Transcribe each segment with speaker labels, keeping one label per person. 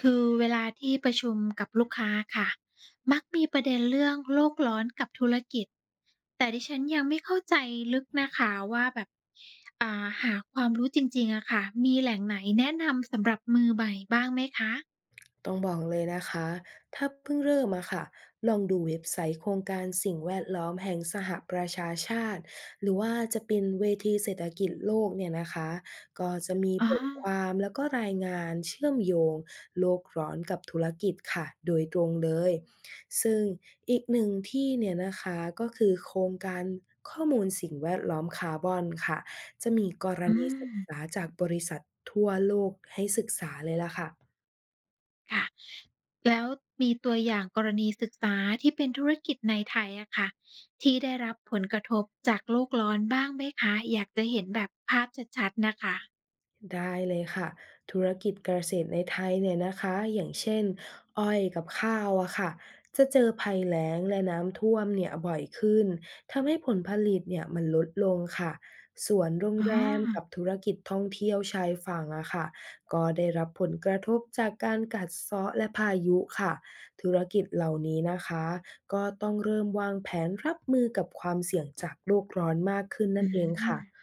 Speaker 1: คือเวลาที่ประชุมกับลูกค้าค่ะมักมีประเด็นเรื่องโลกร้อนกับธุรกิจแต่ดิฉันยังไม่เข้าใจลึกนะคะว่าแบบหาความรู้จริงๆอะค่ะมีแหล่งไหนแนะนำสำหรับมือใหม่บ้างไหมคะ
Speaker 2: ต้องบอกเลยนะคะถ้าเพิ่งเริ่มอะค่ะลองดูเว็บไซต์โครงการสิ่งแวดล้อมแห่งสหประชาชาติหรือว่าจะเป็นเวทีเศรษฐกิจโลกเนี่ยนะคะก็จะมี
Speaker 1: อ๋อ
Speaker 2: บทความแล้วก็รายงานเชื่อมโยงโลกร้อนกับธุรกิจค่ะโดยตรงเลยซึ่งอีกหนึ่งที่เนี่ยนะคะก็คือโครงการข้อมูลสิ่งแวดล้อมคาร์บอนค่ะจะมีกร
Speaker 1: อื
Speaker 2: ณีศึ
Speaker 1: ม
Speaker 2: กษาจากบริษัททั่วโลกให้ศึกษาเลยล่ะค่ะ
Speaker 1: ค่ะแล้วมีตัวอย่างกรณีศึกษาที่เป็นธุรกิจในไทยอะค่ะที่ได้รับผลกระทบจากโลกร้อนบ้างไหมคะอยากจะเห็นแบบภาพชัดๆนะคะ
Speaker 2: ได้เลยค่ะธุรกิจเกษตรในไทยเนี่ยนะคะอย่างเช่นอ้อยกับข้าวอะค่ะจะเจอภัยแล้งและน้ำท่วมเนี่ยบ่อยขึ้น ทำให้ผลผลิตเนี่ยมันลดลงค่ะส่วนโรง
Speaker 1: อ๋
Speaker 2: แรมกับ
Speaker 1: อ
Speaker 2: ธุรกิจท่องเที่ยวชายฝั่งอะค่ะก็ได้รับผลกระทบจากการกัดเซาะและพายุค่ะธุรกิจเหล่านี้นะคะก็ต้องเริ่มวางแผนรับมือกับความเสี่ยงจากโลกร้อนมากขึ้นนั่
Speaker 1: อื
Speaker 2: นเองค่ะ
Speaker 1: ม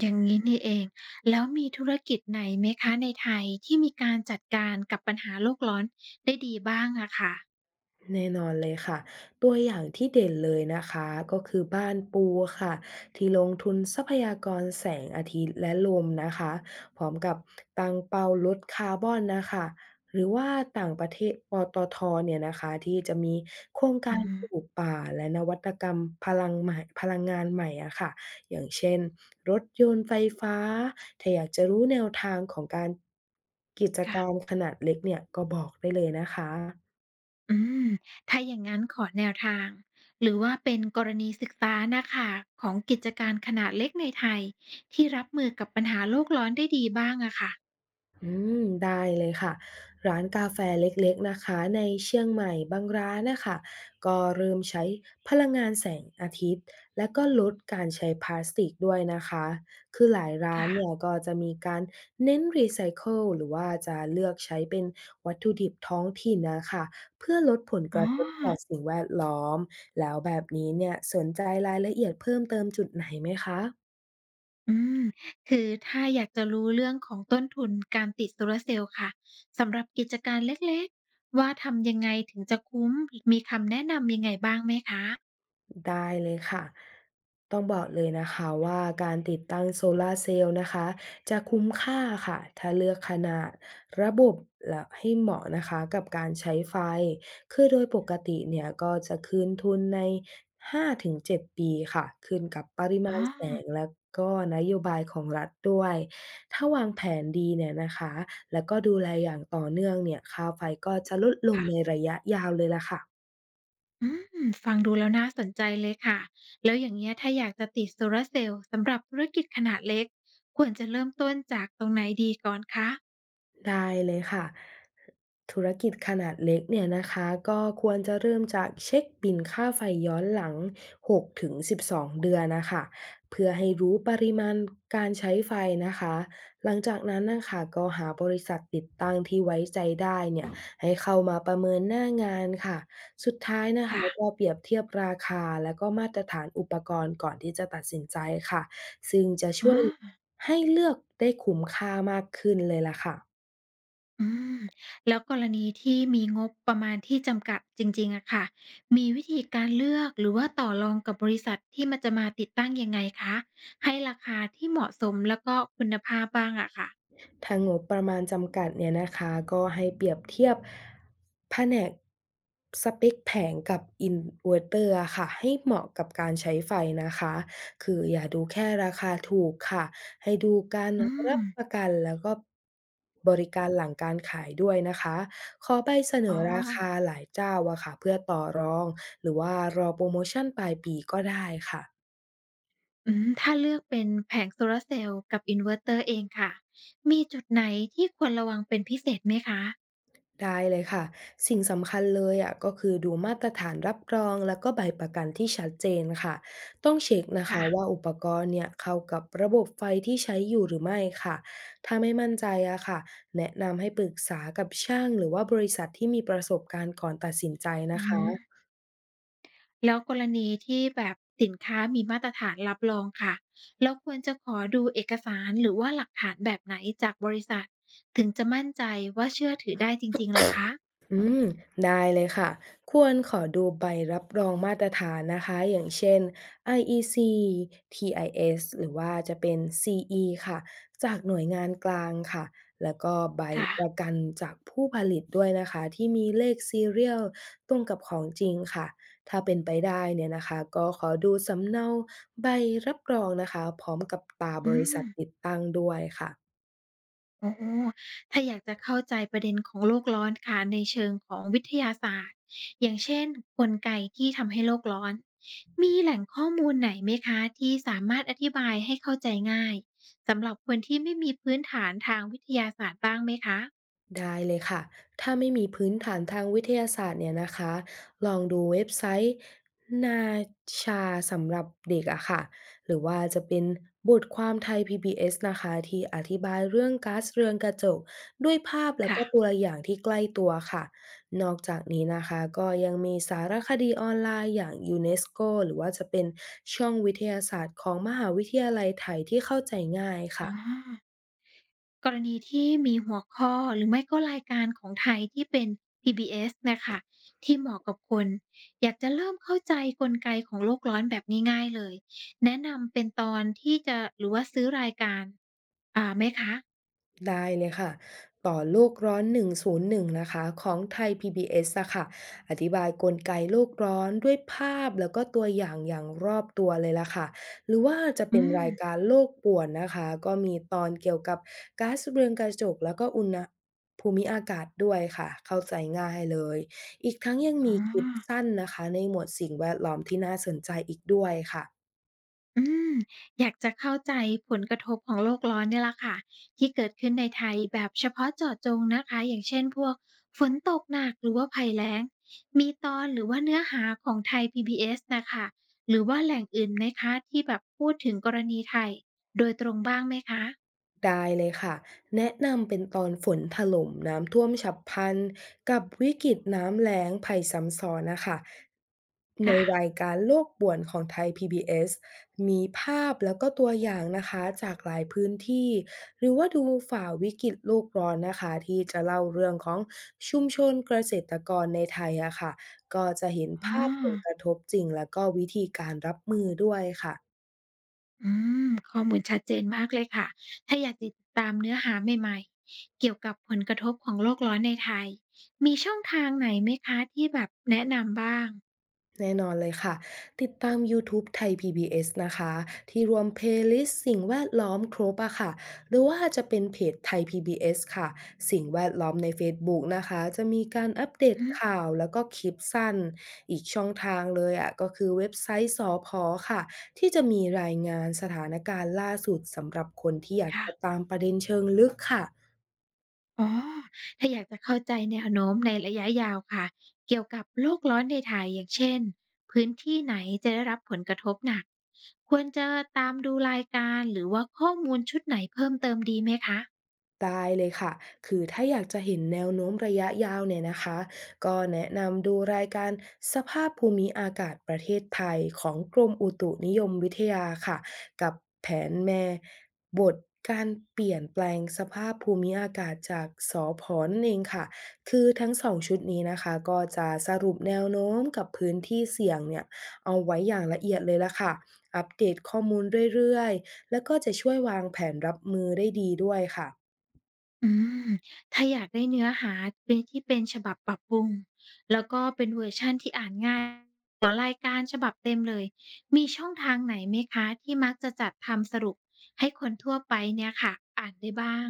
Speaker 1: อย่างงี้นี่เองแล้วมีธุรกิจไหนไหมคะในไทยที่มีการจัดการกับปัญหาโลกร้อนได้ดีบ้างอะค่ะ
Speaker 2: แน่นอนเลยค่ะตัวอย่างที่เด่นเลยนะคะก็คือบ้านปูค่ะที่ลงทุนทรัพยากรแสงอาทิตย์และลมนะคะพร้อมกับตั้งเป้าลดคาร์บอนนะคะหรือว่าต่างประเทศปตทเนี่ยนะคะที่จะมีโครงกา
Speaker 1: อื
Speaker 2: ร
Speaker 1: ม
Speaker 2: ปลูกป่าและนวัตกรรมพลังใหม่พลังงานใหม่อะค่ะอย่างเช่นรถยนต์ไฟฟ้าถ้าอยากจะรู้แนวทางของการกิจก
Speaker 1: ค่ะ
Speaker 2: รรมขนาดเล็กเนี่ยก็บอกได้เลยนะคะ
Speaker 1: อืม ถ้าอย่างงั้นขอแนวทาง หรือว่าเป็นกรณีศึกษาน่ะค่ะของกิจการขนาดเล็กในไทยที่รับมือกับปัญหาโลกร้อนได้ดีบ้างอะค่ะ
Speaker 2: อืได้เลยค่ะร้านกาแฟเล็กๆนะคะในเชียงใหม่บางร้านนะคะก็เริ่มใช้พลังงานแสงอาทิตย์และก็ลดการใช้พลาสติกด้วยนะคะคือหลายร้าน
Speaker 1: ค่ะ
Speaker 2: เนี่ยก็จะมีการเน้นรีไซเคิลหรือว่าจะเลือกใช้เป็นวัตถุดิบท้องถิ่นนะคะเพื่อลดผลก
Speaker 1: อ๋อ
Speaker 2: ระทบต่อสิ่งแวดล้อมแล้วแบบนี้เนี่ยสนใจรายละเอียดเพิ่มเติมจุดไหนไหมคะ
Speaker 1: อืม คือถ้าอยากจะรู้เรื่องของต้นทุนการติดโซลาร์เซลล์ค่ะสำหรับกิจการเล็กๆว่าทำยังไงถึงจะคุ้มมีคำแนะนำยังไงบ้างไหมคะ
Speaker 2: ได้เลยค่ะ ต้องบอกเลยนะคะว่าการติดตั้งโซลาร์เซลล์นะคะจะคุ้มค่าค่ะ ถ้าเลือกขนาดระบบและให้เหมาะนะคะกับการใช้ไฟ คือโดยปกติเนี่ยก็จะคืนทุนใน5-7ปีค่ะขึ้นกับปริ
Speaker 1: อ๋อ
Speaker 2: มาณแสงและก็นโยบายของรัฐด้วย ถ้าวางแผนดีเนี่ยนะคะ แล้วก็ดูแลอย่างต่อเนื่องเนี่ยค่าไฟก็จะลดลง
Speaker 1: ค่ะ
Speaker 2: ในระยะยาวเลยล่ะค่ะ
Speaker 1: อืมฟังดูแล้วน่าสนใจเลยค่ะแล้วอย่างเงี้ยถ้าอยากจะติดโซลาร์เซลล์สำหรับธุรกิจขนาดเล็กควรจะเริ่มต้นจากตรงไหนดีก่อนคะ
Speaker 2: ได้เลยค่ะ ธุรกิจขนาดเล็กเนี่ยนะคะก็ควรจะเริ่มจากเช็คบินค่าไฟย้อนหลัง6ถึง12เดือนนะคะเพื่อให้รู้ปริมาณการใช้ไฟนะคะหลังจากนั้นนะคะก็หาบริษัทติดตั้งที่ไว้ใจได้เนี่ยให้เข้ามาประเมินหน้างานค่ะสุดท้ายนะคะก็
Speaker 1: ค่ะ
Speaker 2: เปรียบเทียบราคาและก็มาตรฐานอุปกรณ์ก่อนที่จะตัดสินใจค่ะซึ่งจะ
Speaker 1: อ๋
Speaker 2: ช่วย
Speaker 1: อ
Speaker 2: ให้เลือกได้คุ้มค่ามากขึ้นเลยล่ะค่ะ
Speaker 1: อืมแล้วกรณีที่มีงบประมาณที่จำกัดจริงๆอะค่ะ มีวิธีการเลือกหรือว่าต่อรองกับบริษัทที่มันจะมาติดตั้งยังไงคะ ให้ราคาที่เหมาะสมแล้วก็คุณภาพบ้างอะค่ะ
Speaker 2: ถ้างบประมาณจำกัดเนี่ยนะคะก็ให้เปรียบเทียบแผนกสเปคแผงกับ i n v อร t เ r อร์อะค่ะให้เหมาะกับการใช้ไฟนะคะคืออย่าดูแค่ราคาถูกค่ะให้ดูการ
Speaker 1: อืม
Speaker 2: รับประกันแล้วก็บริการหลังการขายด้วยนะคะขอใบเสน
Speaker 1: อ๋อ
Speaker 2: อราคาหลายเจ้าอะค่ะเพื่อต่อรองหรือว่ารอโปรโมชั่นปลายปีก็ได้ค่ะ
Speaker 1: อืม ถ้าเลือกเป็นแผงโซลาร์เซลล์กับอินเวอร์เตอร์เองค่ะ มีจุดไหนที่ควรระวังเป็นพิเศษไหมคะ
Speaker 2: ได้เลยค่ะสิ่งสำคัญเลยอะก็คือดูมาตรฐานรับรองแล้วก็ใบประกันที่ชัดเจนค่ะต้องเช็คนะ
Speaker 1: ค่ะ
Speaker 2: คะว่าอุปกรณ์เนี่ยเข้ากับระบบไฟที่ใช้อยู่หรือไม่ค่ะถ้าไม่มั่นใจอะค่ะแนะนำให้ปรึกษากับช่างหรือว่าบริษัทที่มีประสบการณ์ก่อนตัดสินใจนะ
Speaker 1: อื
Speaker 2: คะ
Speaker 1: ม แล้วกรณีที่แบบสินค้ามีมาตรฐานรับรองค่ะเราควรจะขอดูเอกสารหรือว่าหลักฐานแบบไหนจากบริษัทถึงจะมั่นใจว่าเชื่อถือได้จริงๆล่ะคะ
Speaker 2: อืมได้เลยค่ะควรขอดูใบรับรองมาตรฐานนะคะอย่างเช่น IEC TIS หรือว่าจะเป็น CE ค่ะจากหน่วยงานกลางค่ะแล้วก็ใบ
Speaker 1: ค่ะ
Speaker 2: ประกันจากผู้ผลิตด้วยนะคะที่มีเลขซีเรียลตรงกับของจริงค่ะถ้าเป็นไปได้เนี่ยนะคะก็ขอดูสำเนาใบรับรองนะคะพร้อมกับตราบ
Speaker 1: อื
Speaker 2: ริษั
Speaker 1: ม
Speaker 2: ทติดตั้งด้วยค่ะ
Speaker 1: โอ้โ้ถ้าอยากจะเข้าใจประเด็นของโลกร้อนค่ะในเชิงของวิทยาศาสตร์อย่างเช่นกลไกที่ทำให้โลกร้อนมีแหล่งข้อมูลไหนไหมคะที่สามารถอธิบายให้เข้าใจง่ายสำหรับคนที่ไม่มีพื้นฐานทางวิทยาศาสตร์บ้างไหมคะ
Speaker 2: ได้เลยค่ะ ถ้าไม่มีพื้นฐานทางวิทยาศาสตร์เนี่ยนะคะลองดูเว็บไซต์นาชาสำหรับเด็กอะค่ะหรือว่าจะเป็นบทความไทย PBS นะคะที่อธิบายเรื่องก๊าซเรือนกระจกด้วยภาพแล้ว
Speaker 1: ค่ะ
Speaker 2: ก็ตัวอย่างที่ใกล้ตัวค่ะนอกจากนี้นะคะก็ยังมีสารคดีออนไลน์อย่างยูเนสโกหรือว่าจะเป็นช่องวิทยาศาสตร์ของมหาวิทยาลัยไทยที่เข้าใจง่ายค่ะ
Speaker 1: อากรณีที่มีหัวข้อหรือไม่ก็รายการของไทยที่เป็น PBS น่ะค่ะที่เหมาะกับคนอยากจะเริ่มเข้าใจกลไกของโลกร้อนแบบง่ายๆเลยแนะนำเป็นตอนที่จะหรือว่าซื้อรายการไหมคะ
Speaker 2: ได้เลยค่ะต่อโลกร้อน101นงศูนย์หนึ่งนะคะของไทย PBS อสอะค่ะอธิบายกลไกโลกร้อนด้วยภาพแล้วก็ตัวอย่างอย่างรอบตัวเลยล่ะค่ะหรือว่าจะ
Speaker 1: อื
Speaker 2: เป็น
Speaker 1: ม
Speaker 2: รายการโลกป่วนนะคะก็มีตอนเกี่ยวกับก๊าซเรือนกระจกแล้วก็อุณหภูมิอากาศด้วยค่ะเข้าใจง่ายเลยอีกทั้งยัง
Speaker 1: อ๋อ
Speaker 2: มีคลิปสั้นนะคะในหมวดสิ่งแวดล้อมที่น่าสนใจอีกด้วยค่ะ
Speaker 1: อืมอยากจะเข้าใจผลกระทบของโลกร้อนเนี่ยแหละค่ะที่เกิดขึ้นในไทยแบบเฉพาะเจาะจงนะคะอย่างเช่นพวกฝนตกหนักหรือว่าภัยแล้งมีตอนหรือว่าเนื้อหาของไทย PBS นะค่ะหรือว่าแหล่งอื่นไหมคะที่แบบพูดถึงกรณีไทยโดยตรงบ้างไหมคะ
Speaker 2: ได้เลยค่ะแนะนำเป็นตอนฝนถล่มน้ำท่วมฉับพลันกับวิกฤตน้ำแล้งภัยซ้ำซ้อนนะคะใน
Speaker 1: ค่ะ
Speaker 2: รายการโลกป่วนของไทย PBS มีภาพแล้วก็ตัวอย่างนะคะจากหลายพื้นที่หรือว่าดูฝ่าวิกฤตโลกร้อนนะคะที่จะเล่าเรื่องของชุมชนเกษตรกรในไทยอะค่ะก็จะเห็น
Speaker 1: อ๋อ
Speaker 2: ภาพผลกระทบจริงแล้วก็วิธีการรับมือด้วยค่ะ
Speaker 1: อืมข้อมูลชัดเจนมากเลยค่ะ ถ้าอยากติดตามเนื้อหาใหม่ๆเกี่ยวกับผลกระทบของโลกร้อนในไทย มีช่องทางไหนไหมคะที่แบบแนะนำบ้าง
Speaker 2: แน่นอนเลยค่ะติดตาม YouTube ไทย PBS นะคะที่รวมเพลย์ลิสต์สิ่งแวดล้อมครบอะค่ะหรือว่าจะเป็นเพจไทย PBS ค่ะสิ่งแวดล้อมใน Facebook นะคะจะมีการอัปเดต
Speaker 1: อืม
Speaker 2: ข่าวแล้วก็คลิปสั้นอีกช่องทางเลยอะก็คือเว็บไซต์สอพอค่ะที่จะมีรายงานสถานการณ์ล่าสุดสำหรับคนที่อยาก
Speaker 1: ค่ะ
Speaker 2: จะตามประเด็นเชิงลึกค่ะ
Speaker 1: อ๋อ ถ้าอยากจะเข้าใจแนวโน้มในระยะยาวค่ะเกี่ยวกับโลกร้อนในไทยอย่างเช่นพื้นที่ไหนจะได้รับผลกระทบหนักควรจะตามดูรายการหรือว่าข้อมูลชุดไหนเพิ่มเติมดีไหมคะ
Speaker 2: ได้เลยค่ะคือถ้าอยากจะเห็นแนวโน้มระยะยาวเนี่ยนะคะก็แนะนำดูรายการสภาพภูมิอากาศประเทศไทยของกรมอุตุนิยมวิทยาค่ะกับแผนแม่บทการเปลี่ยนแปลงสภาพภูมิอากาศจากสผนั่นเองค่ะคือทั้งสองชุดนี้นะคะก็จะสรุปแนวโน้มกับพื้นที่เสี่ยงเนี่ยเอาไว้อย่างละเอียดเลยละค่ะอัปเดตข้อมูลเรื่อยๆแล้วก็จะช่วยวางแผนรับมือได้ดีด้วยค่ะ
Speaker 1: อืมถ้าอยากได้เนื้อหาเป็นที่เป็นฉบับปรับปรุงแล้วก็เป็นเวอร์ชันที่อ่านง่ายกว่ารายการฉบับเต็มเลยมีช่องทางไหนไหมคะที่มักจะจัดทำสรุปให้คนทั่วไปเนี่ยค่ะอ่านได้บ้าง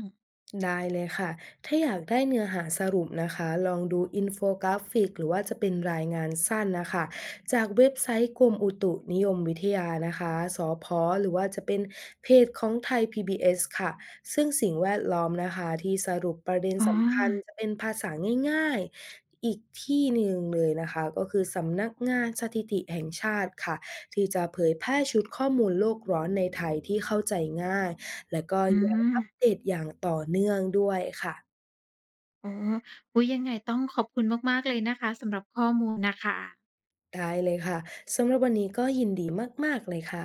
Speaker 2: ได้เลยค่ะ ถ้าอยากได้เนื้อหาสรุปนะคะ ลองดูอินโฟกราฟิกหรือว่าจะเป็นรายงานสั้นนะคะ จากเว็บไซต์กรมอุตุนิยมวิทยานะคะสพหรือว่าจะเป็นเพจของไทย PBS ค่ะซึ่งสิ่งแวดล้อมนะคะที่สรุปประเด็น
Speaker 1: อ๋อ
Speaker 2: สำคัญจะเป็นภาษาง่ายๆ อีกที่หนึ่งเลยนะคะก็คือสำนักงานสถิติแห่งชาติค่ะ ที่จะเผยแพร่ชุดข้อมูลโลกร้อนในไทยที่เข้าใจง่าย แล้วก็
Speaker 1: อื
Speaker 2: ยังอัปเด
Speaker 1: ม
Speaker 2: ตอย่างต่อเนื่องด้วยค่ะ
Speaker 1: อ๋ออุ๊ยยังไงต้องขอบคุณมากๆเลยนะคะสำหรับข้อมูลน่ะค่ะ
Speaker 2: ได้เลยค่ะสำหรับวันนี้ก็ยินดีมากๆเลยค่ะ